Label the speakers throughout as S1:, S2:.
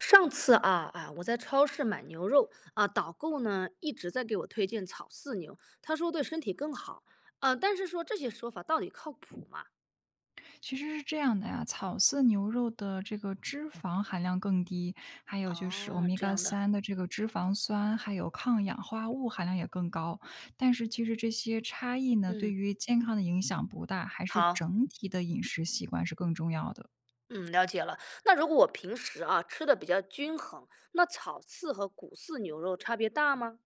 S1: 上次啊，我在超市买牛肉啊，导购呢一直在给我推荐草饲牛，他说对身体更好啊，但是说这些说法到底靠谱吗？
S2: 其实是这样的呀，草饲牛肉的这个脂肪含量更低，还有就是欧
S1: 哦，
S2: 米
S1: 这
S2: 伽
S1: 样的。
S2: 三的这个脂肪酸，还有抗氧化物含量也更高。但是其实这些差异呢，对
S1: 嗯，
S2: 于健康的影响不大，还是
S1: 好。
S2: 整体的饮食习惯是更重要的。
S1: 嗯，了解了。那如果我平时啊吃的比较均衡，那草饲和谷饲牛肉差别大吗？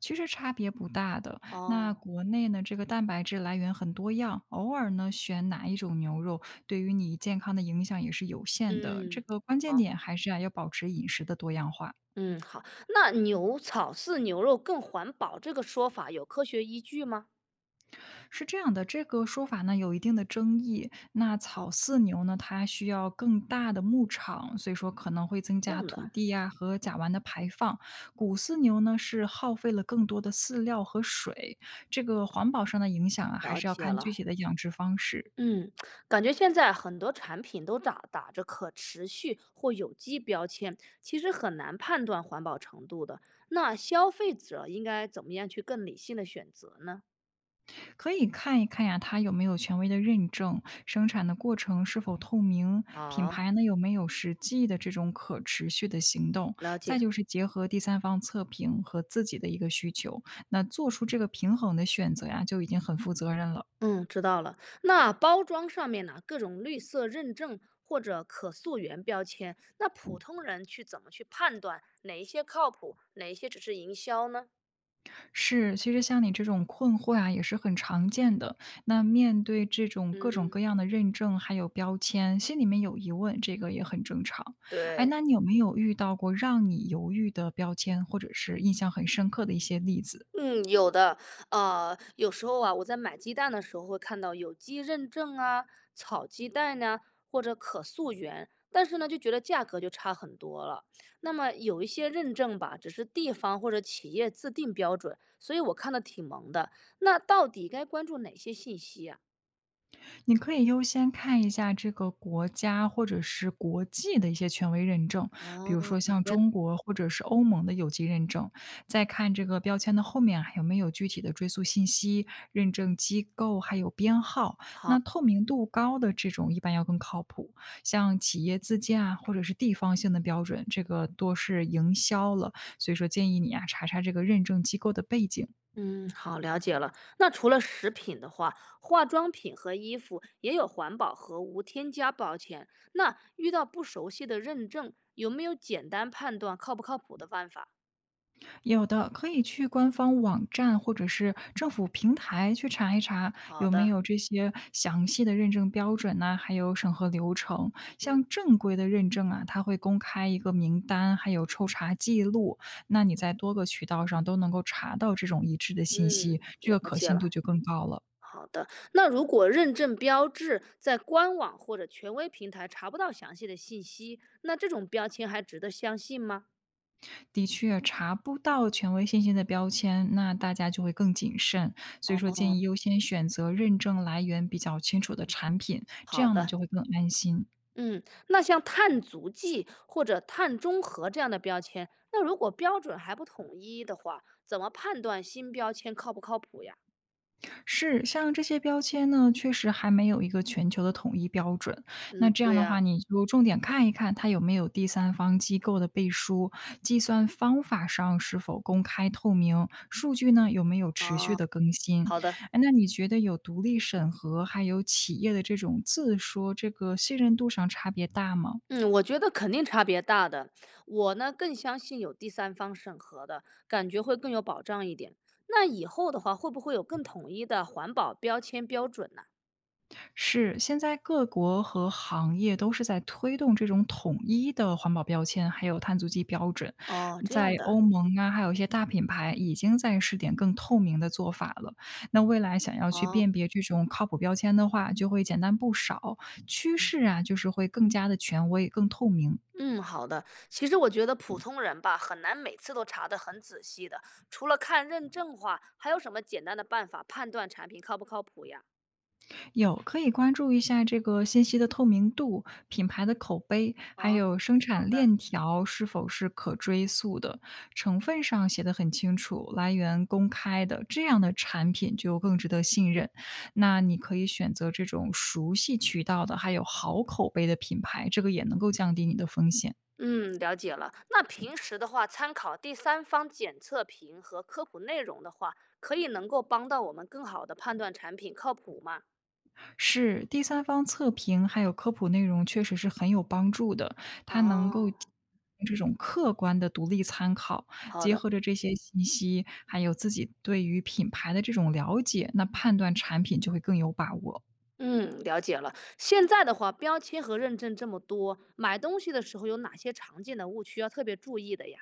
S2: 其实差别不大的。那
S1: 哦。
S2: 国内呢，这个蛋白质来源很多样，偶尔呢选哪一种牛肉，对于你健康的影响也是有限的。这
S1: 嗯。
S2: 个关键
S1: 哦，
S2: 点还是啊，要保持饮食的多样化。
S1: 嗯，好。那牛草饲牛肉更环保这个说法有科学依据吗？
S2: 是这样的，这个说法呢有一定的争议。那草饲牛呢，它需要更大的牧场，所以说可能会增
S1: 这
S2: 加
S1: 样的，
S2: 土地呀、和甲烷的排放。谷饲牛呢是耗费了更多的饲料和水，这个环保上的影响啊，还
S1: 了
S2: 是要
S1: 解
S2: 看具体
S1: 了。
S2: 的养殖方式。
S1: 嗯，感觉现在很多产品都打着可持续或有机标签，其实很难判断环保程度的。那消费者应该怎么样去更理性的选择呢？
S2: 可以看一看呀，它有没有权威的认证，生产的过程是否透明，品
S1: 好，
S2: 牌呢有没有实际的这种可持续的行动，
S1: 了
S2: 再
S1: 解。
S2: 就是结合第三方测评和自己的一个需求，那做出这个平衡的选择呀，就已经很负责任了。
S1: 嗯，知道了。那包装上面呢，各种绿色认证或者可溯源标签，那普通人去怎么去判断哪一些靠谱，哪一些只是营销呢？
S2: 是，其实像你这种困惑啊，也是很常见的。那面对这种各种
S1: 嗯，
S2: 各样的认证，还有标签，心里面有疑问，这个也很正常。哎，
S1: 对。
S2: 那你有没有遇到过让你犹豫的标签，或者是印象很深刻的一些例子？
S1: 嗯，有的。有时候啊，我在买鸡蛋的时候会看到有机认证啊、草鸡蛋呢，或者可溯源，但是呢，就觉得价格就差很多了。那么有一些认证吧，只是地方或者企业自定标准，所以我看的挺懵的。那到底该关注哪些信息啊？
S2: 你可以优先看一下这个国家或者是国际的一些权威认证，比
S1: 哦，
S2: 如说像
S1: 这样。
S2: 中国或者是欧盟的有机认证，再看这个标签的后面啊有没有具体的追溯信息、认证机构还有编号。那
S1: 好。
S2: 透明度高的这种一般要更靠谱，像企业自建啊或者是地方性的标准，这个多是营销了。所以说建议你啊查查这个认证机构的背景。
S1: 嗯，好，了解了。那除了食品的话，化妆品和衣服也有环保和无添加标签。那遇到不熟悉的认证，有没有简单判断靠不靠谱的办法？
S2: 有的，可以去官方网站或者是政府平台去查一查
S1: 好
S2: 有没
S1: 的。
S2: 有这些详细的认证标准呐、还有审核流程。
S1: 嗯。
S2: 像正规的认证啊，它会公开一个名单，还有抽查记录。那你在多个渠道上都能够查到这种一致的信
S1: 嗯，
S2: 息，这个
S1: 了
S2: 可
S1: 解
S2: 信度
S1: 了。
S2: 就更高了。
S1: 好的，那如果认证标志在官网或者权威平台查不到详细的信息，那这种标签还值得相信吗？
S2: 的确，查不到权威信息的标签，那大家就会更谨慎。所以说，
S1: 哦，
S2: 建议优先选择认证来源比较清楚的产品，这
S1: 好
S2: 样呢
S1: 的。
S2: 就会更安心。
S1: 嗯，那像碳足迹或者碳中和这样的标签，那如果标准还不统一的话，怎么判断新标签靠不靠谱呀？
S2: 是，像这些标签呢，确实还没有一个全球的统一标准。那
S1: 嗯，
S2: 这样
S1: 对
S2: 的话，
S1: 呀、
S2: 你就重点看一看它有没有第三方机构的背书，计算方法上是否公开透明，数据呢有没有持续
S1: 哦，
S2: 的更新。
S1: 好的。
S2: 哎，那你觉得有独立审核，还有企业的这种自说，这个信任度上差别大吗？
S1: 嗯，我觉得肯定差别大的。我呢更相信有第三方审核的，感觉会更有保障一点。那以后的话，会不会有更统一的环保标签标准呢？
S2: 是，现在各国和行业都是在推动这种统一的环保标签，还有碳足迹标准。
S1: 哦，这
S2: 在
S1: 样的。
S2: 欧盟啊，还有一些大品牌已经在试点更透明的做法了。那未来想要去
S1: 哦。
S2: 辨别这种靠谱标签的话，就会简单不少。趋势啊，就是会更加的权威、更透明。
S1: 嗯，好的。其实我觉得普通人吧，很难每次都查得很仔细的。除了看认证话，还有什么简单的办法判断产品靠不靠谱呀？
S2: 有，可以关注一下这个信息的透明度、品牌的口碑，还
S1: 嗯，
S2: 有生
S1: 好
S2: 产
S1: 的。
S2: 链条是否是可追溯的，成分上写的很清楚，来源公开的，这样的产品就更值得信任。那你可以选择这种熟悉渠道的，还有好口碑的品牌，这个也能够降低你的风险。
S1: 嗯，了解了。那平时的话，参考第三方检测评和科普内容的话，可以能够帮到我们更好的判断产品靠谱吗？
S2: 是，第三方测评还有科普内容确实是很有帮助的，它能够
S1: 哦，
S2: 提供这种客观的独立参考，
S1: 好
S2: 结
S1: 的。
S2: 合着这些信息，还有自己对于品牌的这种了解，那判断产品就会更有把握。
S1: 嗯，了解了。现在的话，标签和认证这么多，买东西的时候有哪些常见的误区要特别注意的呀？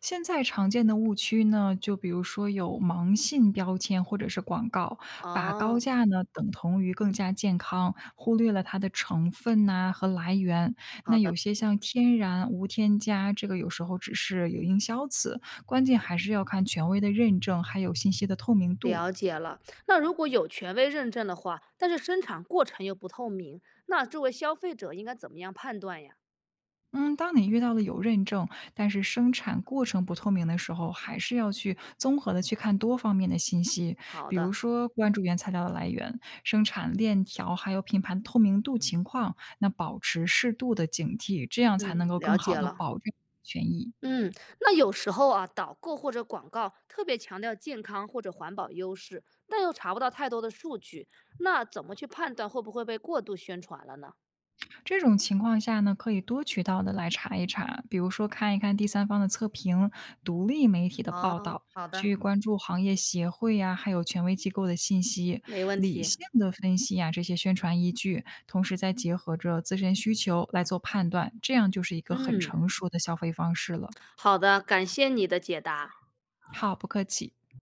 S2: 现在常见的误区呢，就比如说有盲信标签或者是广告，把高
S1: 哦。
S2: 价呢等同于更加健康，忽略了它的成分呐、和来源。那
S1: 好
S2: 有
S1: 的，
S2: 些像天然无添加，这个有时候只是有营销词，关键还是要看权威的认证，还有信息的透明度。
S1: 了解了。那如果有权威认证的话，但是生产过程又不透明，那作为消费者应该怎么样判断呀？
S2: 嗯，当你遇到了有认证，但是生产过程不透明的时候，还是要去综合的去看多方面的信息，
S1: 好
S2: 比如
S1: 的。
S2: 说关注原材料的来源、生产链条，还有品牌的透明度情况，那保持适度的警惕，这样才能
S1: 嗯，
S2: 够
S1: 了
S2: 更好
S1: 解
S2: 的
S1: 了。
S2: 保证权益。
S1: 嗯，那有时候啊，导购或者广告特别强调健康或者环保优势，但又查不到太多的数据，那怎么去判断会不会被过度宣传了呢？
S2: 这种情况下呢，可以多渠道的来查一查，比如说看一看第三方的测评、独立媒体的
S1: 哦，
S2: 报道，
S1: 好的，
S2: 去关注行业协会呀、还有权威机构的信息，
S1: 没问
S2: 理
S1: 题。
S2: 性的分析呀、这些宣传依据，同时再结合着自身需求来做判断，这样就是一个很
S1: 嗯，
S2: 成熟的消费方式了。
S1: 好的，感谢你的解答。
S2: 好，不客气。